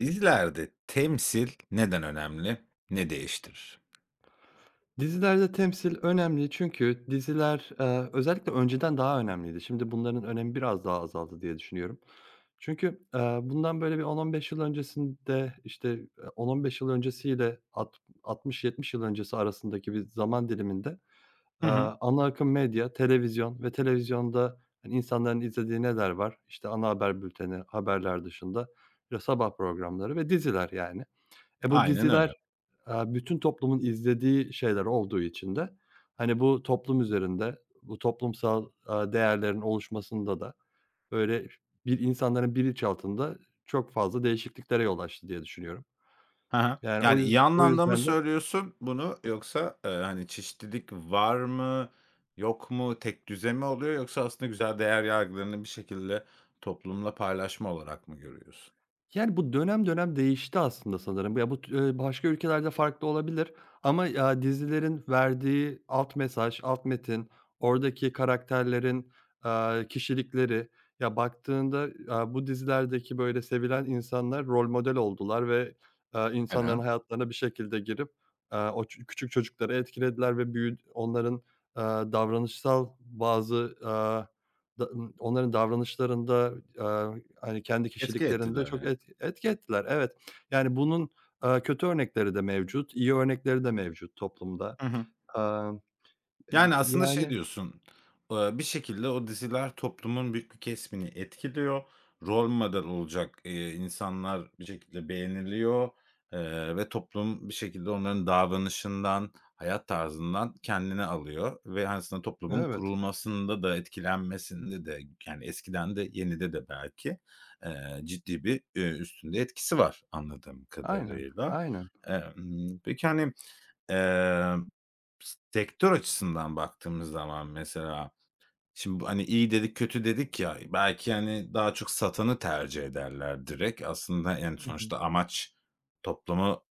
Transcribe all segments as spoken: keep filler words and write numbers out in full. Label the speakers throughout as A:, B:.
A: Dizilerde temsil neden önemli, ne değiştirir?
B: Dizilerde temsil önemli çünkü diziler, eee, özellikle önceden daha önemliydi. Şimdi bunların önemi biraz daha azaldı diye düşünüyorum. Çünkü, eee, bundan böyle bir on on beş yıl öncesinde, işte, eee, on on beş yıl öncesiyle alt altmış yetmiş yıl öncesi arasındaki bir zaman diliminde,
A: Hı
B: eee,
A: hı.
B: ana akım medya, televizyon ve televizyonda, hani, insanların izlediği neler var? İşte, ana haber bülteni, haberler dışında, ya sabah programları ve diziler yani. E, bu
A: Aynen
B: diziler
A: öyle.
B: Aaa, bütün toplumun izlediği şeyler olduğu için de, hani, bu toplum üzerinde, bu toplumsal, aaa, değerlerin oluşmasında da böyle bir insanların bilinçaltında çok fazla değişikliklere yol açtı diye düşünüyorum.
A: Hı hı.
B: Yani o
A: Yani, iyi
B: yüz o
A: anlamda mı
B: yüzden de.
A: söylüyorsun bunu yoksa, eee, hani, çeşitlilik var mı, yok mu, tek düze mi oluyor yoksa aslında güzel değer yargılarını bir şekilde toplumla paylaşma olarak mı görüyorsun?
B: Yani, bu dönem dönem değişti aslında sanırım. Ya, bu t eee, başka ülkelerde farklı olabilir ama, aaa, dizilerin verdiği alt mesaj, alt metin, oradaki karakterlerin, aaa, kişilikleri, ya, baktığında, aaa, bu dizilerdeki, böyle, sevilen insanlar rol model oldular ve, aaa, insanların
A: Aynen.
B: hayatlarına bir şekilde girip, aaa, o çü küçük çocukları etkilediler ve büyü onların, aaa, davranışsal bazı, aaa, da onların davranışlarında, hani, kendi
A: Etki
B: kişiliklerinde çok
A: ettiler
B: et etki ettiler. Evet. Yani, bunun, aaa, kötü örnekleri de mevcut, iyi örnekleri de mevcut toplumda.
A: yani.
B: Amm, eee,
A: Yani,
B: e,
A: aslında şey
B: yani
A: diyorsun, eee, bir şekilde o diziler toplumun büyük bir kesmini etkiliyor. Rol model olacak, eee, insanlar bir şekilde beğeniliyor, eee, ve toplum bir şekilde onların davranışından, hayat tarzından kendini alıyor ve aslında toplumun
B: Evet.
A: kurulmasında da etkilenmesinde de, yani, eskiden de yenide de belki, eee, ciddi bir, eee, üstünde etkisi var anladığım
B: Aynen,
A: kadarıyla.
B: aynen.
A: Emm, peki, hani Emm, sektör açısından baktığımız zaman mesela, şimdi bu, hani, iyi dedik, kötü dedik ya, belki, hani, daha çok satanı tercih ederler direkt. Aslında, yani,
B: Hı hı.
A: sonuçta amaç toplumu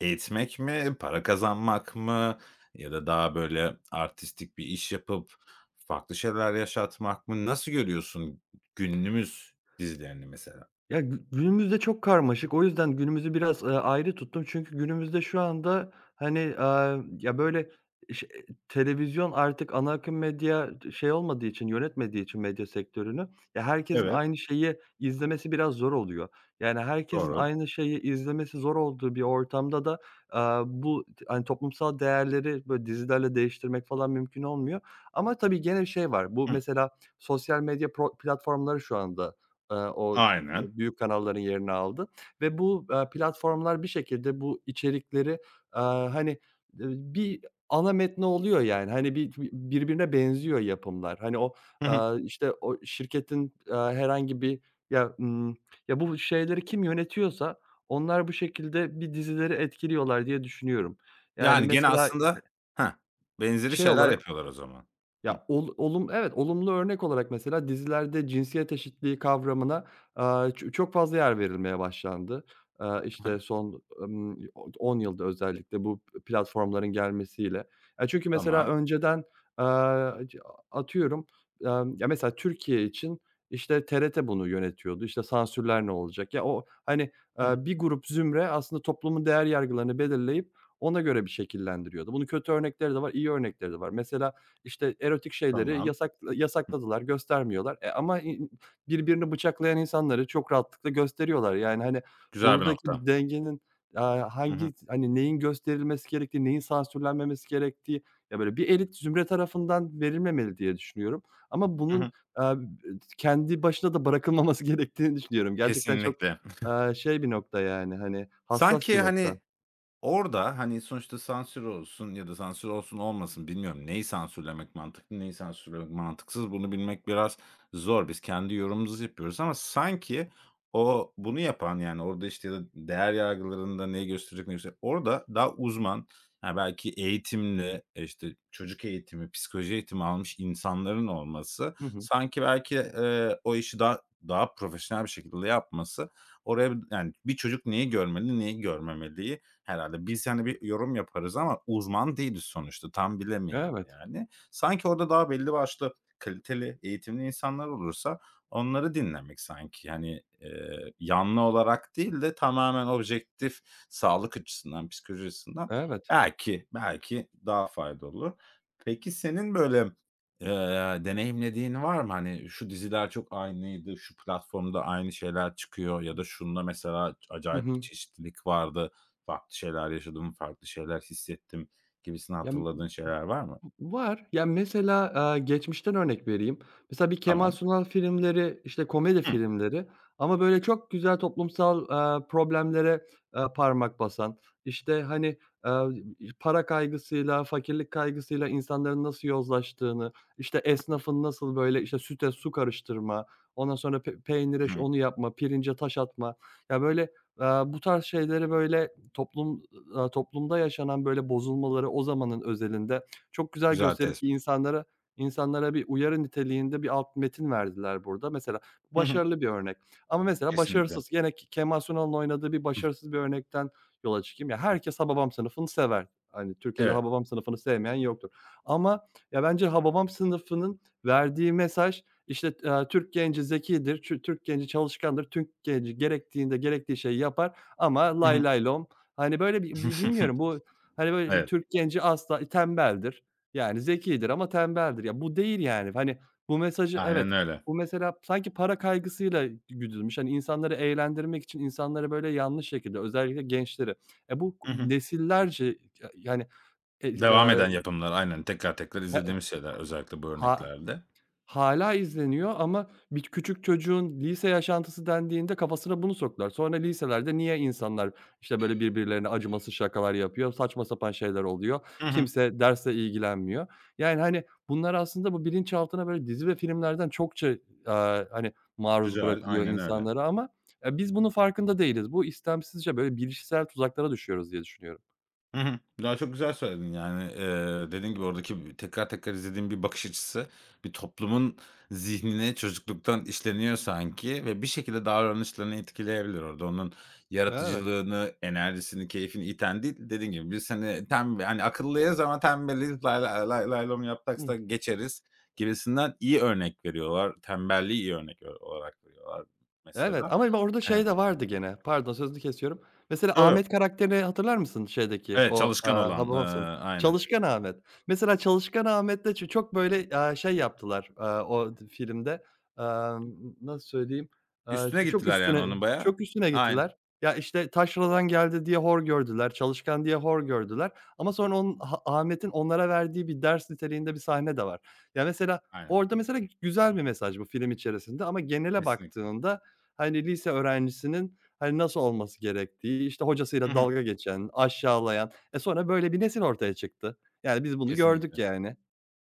A: eğitmek mi, para kazanmak mı ya da daha böyle artistik bir iş yapıp farklı şeyler yaşatmak mı? Nasıl görüyorsun günümüz dizilerini mesela?
B: Ya, gü günümüzde çok karmaşık. O yüzden günümüzü biraz, eee, ayrı tuttum. Çünkü günümüzde şu anda, hani, eee, ya, böyle, iş televizyon artık ana akım medya şey olmadığı için, yönetmediği için medya sektörünü, ya, herkesin
A: Evet.
B: aynı şeyi izlemesi biraz zor oluyor. Yani, herkesin
A: Doğru.
B: aynı şeyi izlemesi zor olduğu bir ortamda da, eee, bu hani, toplumsal değerleri, böyle, dizilerle değiştirmek falan mümkün olmuyor. Ama tabii gene bir şey var, bu
A: Hıh.
B: mesela sosyal medya pro platformları şu anda, eee, o
A: Aynen.
B: büyük kanalların yerini aldı ve bu, eee, platformlar bir şekilde bu içerikleri, eee, hani, eee, bir ana metni oluyor yani. Hani, bir birbirine benziyor yapımlar. Hani, o,
A: Hı
B: eee,
A: hı.
B: işte, o şirketin, eee, herhangi bir ya, ımm, ya, bu şeyleri kim yönetiyorsa onlar bu şekilde bir dizileri etkiliyorlar diye düşünüyorum. Yani,
A: Yani, gene
B: mesela
A: aslında Heh, benzeri
B: şey
A: şeyler
B: olarak
A: yapıyorlar o zaman. Hı.
B: ya, ol olum evet, olumlu örnek olarak mesela dizilerde cinsiyet eşitliği kavramına, aaa, ço çok fazla yer verilmeye başlandı. Aaa,
A: Hı
B: işte,
A: hı.
B: son, ımm, on yılda özellikle bu platformların gelmesiyle. Ya, çünkü mesela
A: Tamam.
B: önceden, aaa, c atıyorum, amm, ya, mesela Türkiye için, işte, T R T bunu yönetiyordu. İşte, sansürler ne olacak? Ya, o, hani,
A: Hı hı.
B: aaa, bir grup zümre aslında toplumun değer yargılarını belirleyip ona göre bir şekillendiriyordu. Bunun kötü örnekleri de var, iyi örnekleri de var. Mesela işte erotik şeyleri
A: Tamam.
B: yasak yasakladılar, göstermiyorlar. E, ama i birbirini bıçaklayan insanları çok rahatlıkla gösteriyorlar. Yani, hani,
A: Güzel bir
B: buradaki
A: nokta.
B: bir dengenin, aaa,
A: Hı hı.
B: hangi hani, neyin gösterilmesi gerektiği, neyin sansürlenmemesi gerektiği, ya, böyle bir elit zümre tarafından verilmemeli diye düşünüyorum. Ama
A: Hı
B: bunun,
A: hı.
B: aaa, kendi başına da bırakılmaması gerektiğini düşünüyorum. Gerçekten çok,
A: Kesinlikle.
B: aaa, şey bir nokta yani, hani, hassas bir
A: Sanki, hani
B: nokta.
A: Orada, hani, sonuçta sansür olsun ya da sansür olsun olmasın bilmiyorum. Neyi sansürlemek mantıklı, neyi sansürlemek mantıksız bunu bilmek biraz zor. Biz kendi yorumumuzu yapıyoruz ama sanki o bunu yapan, yani, orada, işte, ya da değer yargılarında neyi gösterecek, neyi göstermeyecek orada daha uzman, ya, belki eğitimli, e işte, çocuk eğitimi, psikoloji eğitimi almış insanların olması
B: Hı hı.
A: sanki belki, eee, o işi daha daha profesyonel bir şekilde yapması oraya, yani, bir çocuk neyi görmeli, neyi görmemeliyi herhalde. Biz, hani, bir yorum yaparız ama uzman değiliz sonuçta. Tam bilemeyiz,
B: Evet,
A: yani. Sanki orada daha belli başlı kaliteli, eğitimli insanlar olursa onları dinlemek sanki, hani, eee, yanlı olarak değil de tamamen objektif sağlık açısından, psikoloji açısından
B: evet.
A: belki, belki daha faydalı olur. Peki senin böyle, eee, deneyimlediğin var mı? Hani, şu diziler çok aynıydı, şu platformda aynı şeyler çıkıyor ya da şunda mesela
B: Hı
A: acayip bir
B: hı.
A: çeşitlilik vardı. Farklı şeyler yaşadım, farklı şeyler hissettim. Gibisini
B: Ya.
A: hatırladığın şeyler var mı?
B: Var. Ya, mesela, aaa, geçmişten örnek vereyim. Mesela bir Kemal
A: Tamam.
B: Sunal filmleri, işte, komedi
A: Hı
B: filmleri ama böyle çok güzel toplumsal, aaa, problemlere, aaa, parmak basan, işte, hani, aaa, para kaygısıyla, fakirlik kaygısıyla insanların nasıl yozlaştığını, işte, esnafın nasıl böyle, işte, süte su karıştırma, ondan sonra pe peynire ş
A: hı.
B: onu yapma, pirince taş atma. Ya, böyle, aaa, bu tarz şeyleri böyle toplum aaa, toplumda yaşanan böyle bozulmaları o zamanın özelinde çok güzel
A: Güzel
B: gösterip
A: tespit.
B: insanlara insanlara bir uyarı niteliğinde bir alt metin verdiler burada. Mesela
A: Hı hı.
B: başarılı bir örnek ama mesela
A: Kesinlikle.
B: başarısız gene K Kemal Sunal'ın oynadığı bir başarısız bir örnekten yola çıkayım. Ya, herkes Hababam Sınıfı'nı sever. Hani, Türkiye'de
A: Evet.
B: Hababam Sınıfı'nı sevmeyen yoktur ama ya, bence Hababam Sınıfı'nın verdiği mesaj, işte, eee, Türk genci zekidir, çü Türk genci çalışkandır, Türk genci gerektiğinde gerektiği şeyi yapar ama
A: Hı
B: lay
A: hı.
B: lay lom. Hani, böyle, bi bi bilmiyorum bu, hani, böyle,
A: Evet.
B: Türk genci asla tembeldir. Yani zekidir ama tembeldir. Ya, bu değil yani. Hani, bu mesajı
A: Aynen
B: evet,
A: öyle.
B: bu mesela sanki para kaygısıyla güdülmüş. Hani, insanları eğlendirmek için insanları böyle yanlış şekilde özellikle gençleri. E, bu
A: Hı hı.
B: nesillerce yani, e,
A: Devam
B: eee,
A: eden yapımlar aynen tekrar tekrar izlediğimiz şeyler özellikle bu
B: ha
A: örneklerde.
B: Hâlâ izleniyor ama bir küçük çocuğun lise yaşantısı dendiğinde kafasına bunu soktular. Sonra liselerde niye insanlar, işte, böyle, birbirlerine acımasız şakalar yapıyor, saçma sapan şeyler oluyor,
A: Hı hı.
B: kimse dersle ilgilenmiyor. Yani, hani, bunlar aslında bu bilinçaltına, böyle, dizi ve filmlerden çokça, aaa, hani, maruz
A: Güzel,
B: bırakılıyor
A: aynen öyle.
B: insanlara ama, eee, biz bunun farkında değiliz. Bu istemsizce, böyle, bilişsel tuzaklara düşüyoruz diye düşünüyorum.
A: Hı hı. Ya, çok güzel söyledin, yani, eee, dediğin gibi oradaki b tekrar tekrar izlediğim bir bakış açısı bir toplumun zihnine çocukluktan işleniyor sanki ve bir şekilde davranışlarını etkileyebilir orada. Onun
B: Evet.
A: yaratıcılığını, enerjisini, keyfini iten değil, dediğin gibi biz, hani, tembe hani, akıllıyız ama tembeliz, lay lay lay lay lom yap
B: Hı.
A: geçeriz gibisinden iyi örnek veriyorlar. Tembelliği iyi örnek olarak veriyorlar
B: Evet
A: mesela.
B: ama hani orada şey de vardı gene. Pardon, sözünü kesiyorum. Mesela
A: Evet.
B: Ahmet karakterini hatırlar mısın şeydeki
A: Evet,
B: o,
A: çalışkan
B: aaa,
A: olan, eee,
B: Hababamsınıf.
A: aynen.
B: Çalışkan Ahmet. Mesela Çalışkan Ahmet'le ço çok böyle, aaa, şey yaptılar, aaa, o d filmde. Amm, nasıl söyleyeyim? Aaa, ç
A: Üstüne
B: çok
A: gittiler yani
B: üstüne
A: onun bayağı.
B: çok üstüne
A: Aynen.
B: gittiler. Ya, işte, taşradan geldi diye hor gördüler, çalışkan diye hor gördüler ama sonra onun Ha Ahmet'in onlara verdiği bir ders niteliğinde bir sahne de var. Ya, mesela
A: Aynen.
B: orada mesela güzel bir mesaj bu film içerisinde ama genele
A: Kesinlikle.
B: baktığında. Hani, lise öğrencisinin, hani, nasıl olması gerektiği, işte,
A: Hı
B: hocasıyla
A: hı.
B: dalga geçen, aşağılayan, e, sonra böyle bir nesil ortaya çıktı. Yani, biz bunu gördük
A: Kesinlikle.
B: yani.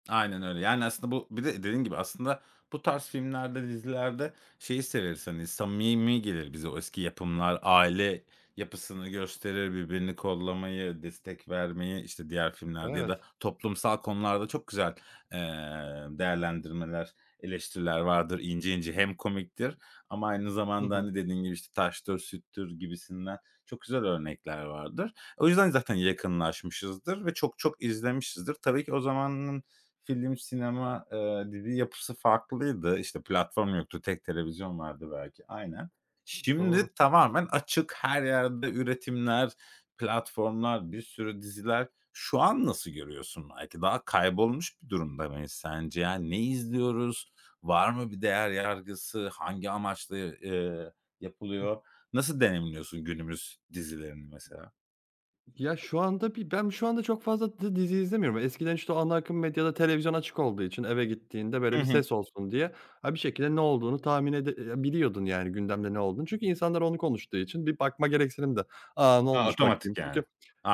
A: Aynen öyle. Yani, aslında bu bir de dediğin gibi aslında bu tarz filmlerde, dizilerde şeyi severiz, hani, samimi gelir bize o eski yapımlar, aile yapısını gösterir, birbirini kollamayı, destek vermeyi, işte, diğer filmlerde ya da
B: Evet.
A: toplumsal konularda çok güzel, eee, değerlendirmeler, eleştiriler vardır, ince ince. Hem komiktir ama aynı
B: Hı
A: zamanda,
B: hı.
A: hani, dediğin gibi, işte, taştır, süttür gibisinden çok güzel örnekler vardır. O yüzden zaten yakınlaşmışızdır ve çok çok izlemişizdir. Tabii ki o zamanın film, sinema, eee, di yapısı farklıydı. İşte, platform yoktu, tek televizyon vardı belki. Aynen.
B: Doğru.
A: Şimdi tamamen açık, her yerde üretimler, platformlar, bir sürü diziler. Şu an nasıl görüyorsun? Belki daha kaybolmuş bir durumda mıyız sence? Yani ne izliyoruz? Var mı bir değer yargısı? Hangi amaçla, eee, yapılıyor? Nasıl deneyimliyorsun günümüz dizilerini mesela?
B: Ya, şu anda bir ben şu anda çok fazla di dizi izlemiyorum. Eskiden, işte, o ana akım medyada televizyon açık olduğu için eve gittiğinde, böyle,
A: Hı
B: bir
A: hı.
B: ses olsun diye, ha, bir şekilde ne olduğunu tahmin ede eee, biliyordun, yani, gündemde ne olduğunu. Çünkü insanlar onu konuştuğu için bir bakma gereksinim de, "A, ne
A: Ha,
B: olmuş bakayım?"
A: otomatik
B: Çünkü,
A: yani.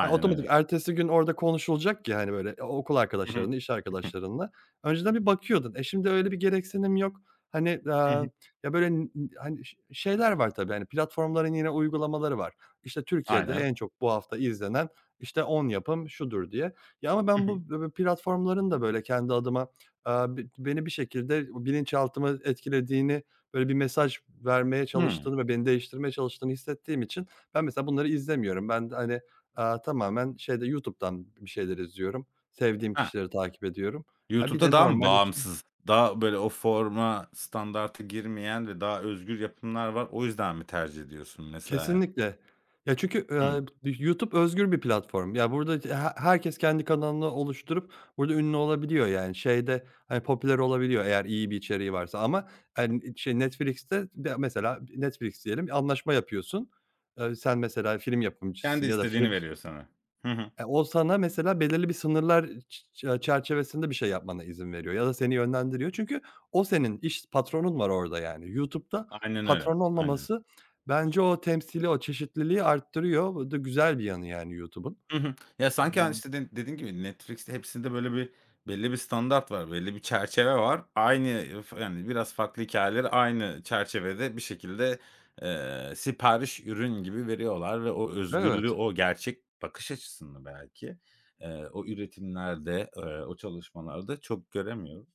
B: ha, otomatik
A: öyle.
B: ertesi gün orada konuşulacak ya, hani, böyle, o okul
A: Hı hı.
B: arkadaşlarınla, iş arkadaşlarınla. Önceden bir bakıyordun. E, şimdi öyle bir gereksinim yok. Hani,
A: Hı
B: aaa,
A: hı.
B: ya, böyle, n n hani, ş şeyler var tabii, hani, platformların yine uygulamaları var işte, Türkiye'de
A: Aynen.
B: en çok bu hafta izlenen, işte, on yapım şudur diye. Ya, ama
A: Hı
B: ben
A: hı.
B: bu b platformların da, böyle, kendi adıma, aaa, b beni bir şekilde bilinçaltımı etkilediğini, böyle, bir mesaj vermeye
A: Hımm.
B: çalıştığını ve beni değiştirmeye çalıştığını hissettiğim için ben mesela bunları izlemiyorum. Ben de, hani, aaa, tamamen şeyde YouTube'dan bir şeyler izliyorum. Sevdiğim
A: Heh.
B: kişileri takip ediyorum. Ha, bir
A: YouTube'da
B: de
A: daha mı
B: normal işte.
A: bağımsız, daha böyle o forma standartı girmeyen ve daha özgür yapımlar var. O yüzden mi tercih ediyorsun mesela?
B: Kesinlikle. Ya, çünkü,
A: Hımm.
B: eee, YouTube özgür bir platform. Ya, burada c he herkes kendi kanalını oluşturup burada ünlü olabiliyor, yani, şeyde, hani, popüler olabiliyor eğer iyi bir içeriği varsa ama, hani, şey Netflix'te de mesela Netflix diyelim, anlaşma yapıyorsun. Eee, sen mesela film yapımcısın
A: Kendi
B: ya da
A: istediğini
B: film
A: veriyor sana. Hı hı.
B: e, o sana mesela belirli bir sınırlar ç ç çerçevesinde bir şey yapmana izin veriyor ya da seni yönlendiriyor. Çünkü o senin iş patronun var orada yani. YouTube'da
A: Aynen öyle.
B: patron
A: Aynen.
B: olmaması bence o temsili, o çeşitliliği arttırıyor. Bu da güzel bir yanı yani YouTube'un.
A: Hı hı. Ya, sanki, hani,
B: Hımm.
A: işte, de dediğin gibi Netflix'te hepsinde böyle bir belli bir standart var, belli bir çerçeve var. Aynı, e, f yani, biraz farklı hikâyeleri aynı çerçevede bir şekilde, eee, sipariş ürün gibi veriyorlar ve o özgürlüğü,
B: Evet.
A: o gerçek bakış açısını belki, eee, o üretimlerde, eee, o çalışmalarda çok göremiyoruz.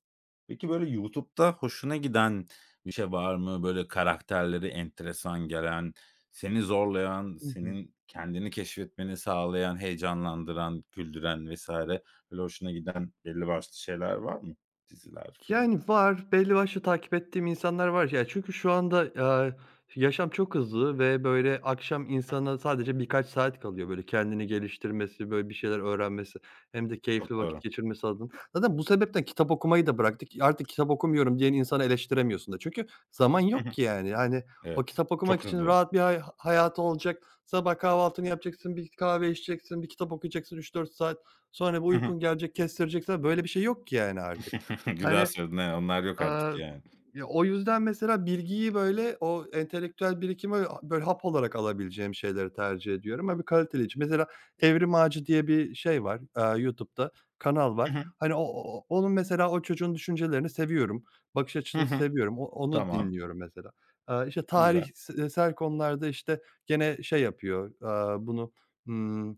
A: Peki, böyle YouTube'da hoşuna giden bir şey var mı? Böyle karakterleri enteresan gelen, seni zorlayan,
B: Hı hı.
A: senin kendini keşfetmeni sağlayan, heyecanlandıran, güldüren vesaire, böyle hoşuna giden belli başlı şeyler var mı? Diziler, film.
B: Yani var, belli başlı takip ettiğim insanlar var. Ya, çünkü şu anda, eee, yaşam çok hızlı ve, böyle, akşam insana sadece birkaç saat kalıyor, böyle, kendini geliştirmesi, böyle, bir şeyler öğrenmesi hem de keyifli
A: Çok
B: vakit
A: doğru.
B: geçirmesi adına. Zaten bu sebepten kitap okumayı da bıraktık. Artık kitap okumuyorum diyen insanı eleştiremiyorsun da. Çünkü zaman
A: Hı
B: yok
A: hı.
B: ki, yani. Hani, o
A: Evet.
B: kitap okumak
A: Çok
B: için
A: hızlı.
B: rahat bir hay hayatı olacak. Sabah kahvaltını yapacaksın, bir kahve içeceksin, bir kitap okuyacaksın üç dört saat. Sonra bir
A: Hı hı.
B: uykun gelecek, kestireceksin. Böyle bir şey yok ki, yani, artık.
A: Güzel
B: Hani.
A: söyledin, he, onlar yok
B: Aaa,
A: artık yani.
B: ya, o yüzden mesela bilgiyi, böyle, o entelektüel birikimi, böyle, hap olarak alabileceğim şeyleri tercih ediyorum. Hani, kaliteli için. Mesela Evrim Ağacı diye bir şey var, aaa, YouTube'da kanal var.
A: Hı hı.
B: Hani, o o o onun mesela o çocuğun düşüncelerini seviyorum. Bakış
A: Hı
B: açısını
A: hı.
B: seviyorum. O onu
A: Tamam,
B: dinliyorum mesela. Aaa, işte,
A: güzel.
B: tarihsel konularda, işte, gene şey yapıyor, aaa, bunu, ımm,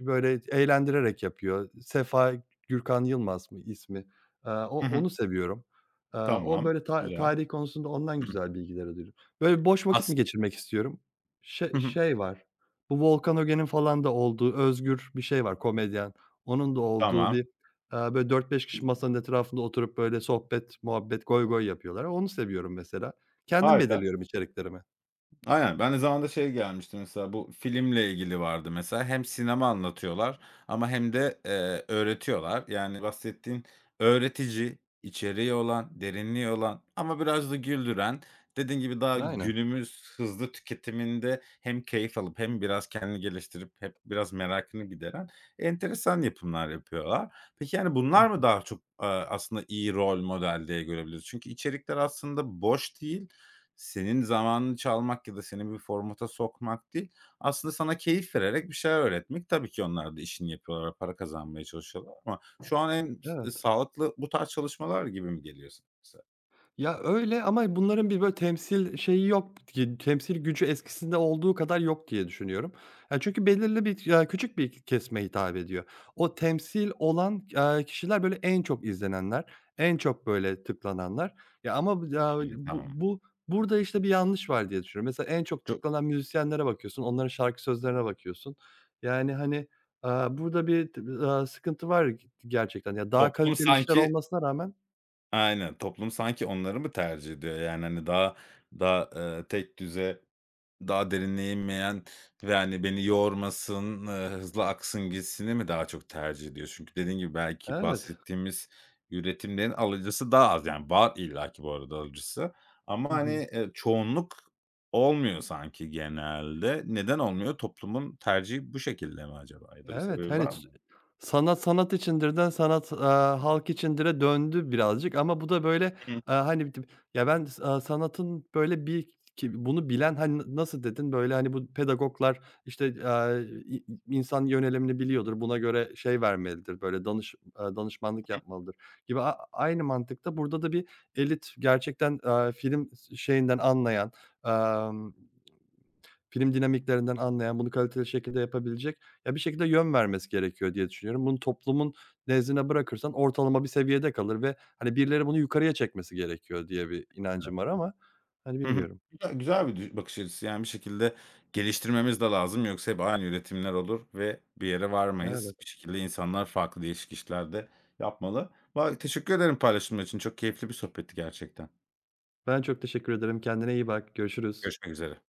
B: böyle, eğlendirerek yapıyor. Sefa Gürkan Yılmaz mı ismi? Aaa, o
A: Hı hı.
B: onu seviyorum. Eee, o
A: Tamam,
B: böyle ta
A: güzel.
B: tarih konusunda ondan
A: Hı.
B: güzel bilgiler alıyorum. Böyle boş vakit mi
A: As
B: geçirmek istiyorum? Ş
A: Hı hı.
B: şey var, bu Volkan Öge'nin falan da olduğu, Özgür bir şey var, komedyen. Onun da olduğu
A: Tamam,
B: bir, eee, böyle dört beş kişi masanın etrafında oturup böyle sohbet, muhabbet, goygoy yapıyorlar. Onu seviyorum mesela. Kendim
A: harika.
B: belirliyorum içeriklerimi.
A: Aynen. Ben de zamanında şey gelmişti mesela bu filmle ilgili vardı mesela. Hem sinema anlatıyorlar ama hem de, eee, öğretiyorlar. Yani bahsettiğin öğretici, içeriği olan, derinliği olan ama biraz da güldüren, dediğin gibi daha
B: Aynen.
A: günümüz hızlı tüketiminde hem keyif alıp hem biraz kendini geliştirip hep biraz merakını gideren enteresan yapımlar yapıyorlar. Peki, yani,
B: Hı
A: bunlar
B: hı.
A: mı daha çok, aaa, aslında iyi rol model diye görebiliriz? Çünkü içerikler aslında boş değil senin zamanını çalmak ya da seni bir formata sokmak değil, aslında sana keyif vererek bir şeyler öğretmek. Tabii ki onlar da işini yapıyorlar para kazanmaya çalışıyorlar ama şu an en
B: Evet.
A: sağlıklı bu tarz çalışmalar gibi mi geliyor sana mesela?
B: Ya, öyle ama bunların bir böyle temsil şeyi yok ki, temsil gücü eskisinde olduğu kadar yok diye düşünüyorum. Ya, çünkü belirli bir, ya, küçük bir kesime hitap ediyor. O temsil olan, eee, kişiler böyle en çok izlenenler, en çok böyle tıklananlar. Ya, ama bu ya,
A: Hımm,
B: bu
A: tamam.
B: bu burada, işte, bir yanlış var diye düşünüyorum. Mesela en çok
A: To
B: tıklanan müzisyenlere bakıyorsun, onların şarkı sözlerine bakıyorsun. Yani, hani, aaa, burada bir t sıkıntı var gerçekten. Ya, daha
A: Toplum
B: kaliteli işler
A: sanki,
B: olmasına rağmen.
A: aynen, toplum sanki onları mı tercih ediyor? Yani, hani, daha daha, eee, tekdüze. Daha derinleyemeyen ve, hani, beni yormasın, ııı, hızlı aksın gitsini mi daha çok tercih ediyor? Çünkü dediğin gibi belki
B: Evet,
A: bahsettiğimiz üretimlerin alıcısı daha az. Yani var illaki bu arada alıcısı ama, hani, eee, çoğunluk olmuyor sanki genelde. Neden olmuyor? Toplumun tercihi bu şekilde mi acaba ya da bir
B: Evet,
A: sebebi
B: hani
A: var
B: s
A: mı?
B: sanat sanat içindirden sanat, aaa, halk içindire döndü birazcık ama bu da böyle, aaa, hani, bir tip ya, ben s aaa, sanatın böyle bir ki bunu bilen, hani, n nasıl dedin, böyle, hani, bu pedagoglar, işte, aaa, i insan yönelimini biliyordur, buna göre şey vermelidir, böyle, danış aaa, danışmanlık yapmalıdır gibi a aynı mantıkta burada da bir elit gerçekten, aaa, film şeyinden anlayan, film dinamiklerinden anlayan, bunu kaliteli şekilde yapabilecek, ya, bir şekilde yön vermesi gerekiyor diye düşünüyorum. Bunu toplumun nezdine bırakırsan ortalama bir seviyede kalır ve, hani, birileri bunu yukarıya çekmesi gerekiyor diye bir inancım var ama, hani,
A: Hı hı.
B: bilmiyorum.
A: Güzel güzel bir dü bakış açısı. Yani, bir şekilde geliştirmemiz de lazım yoksa hep aynı üretimler olur ve bir yere varmayız.
B: Evet.
A: Bir şekilde insanlar farklı değişik işler de yapmalı. Va teşekkür ederim paylaşımlar için. Çok keyifli bir sohbetti gerçekten.
B: Ben çok teşekkür ederim. Kendine iyi bak. Görüşürüz.
A: Görüşmek üzere.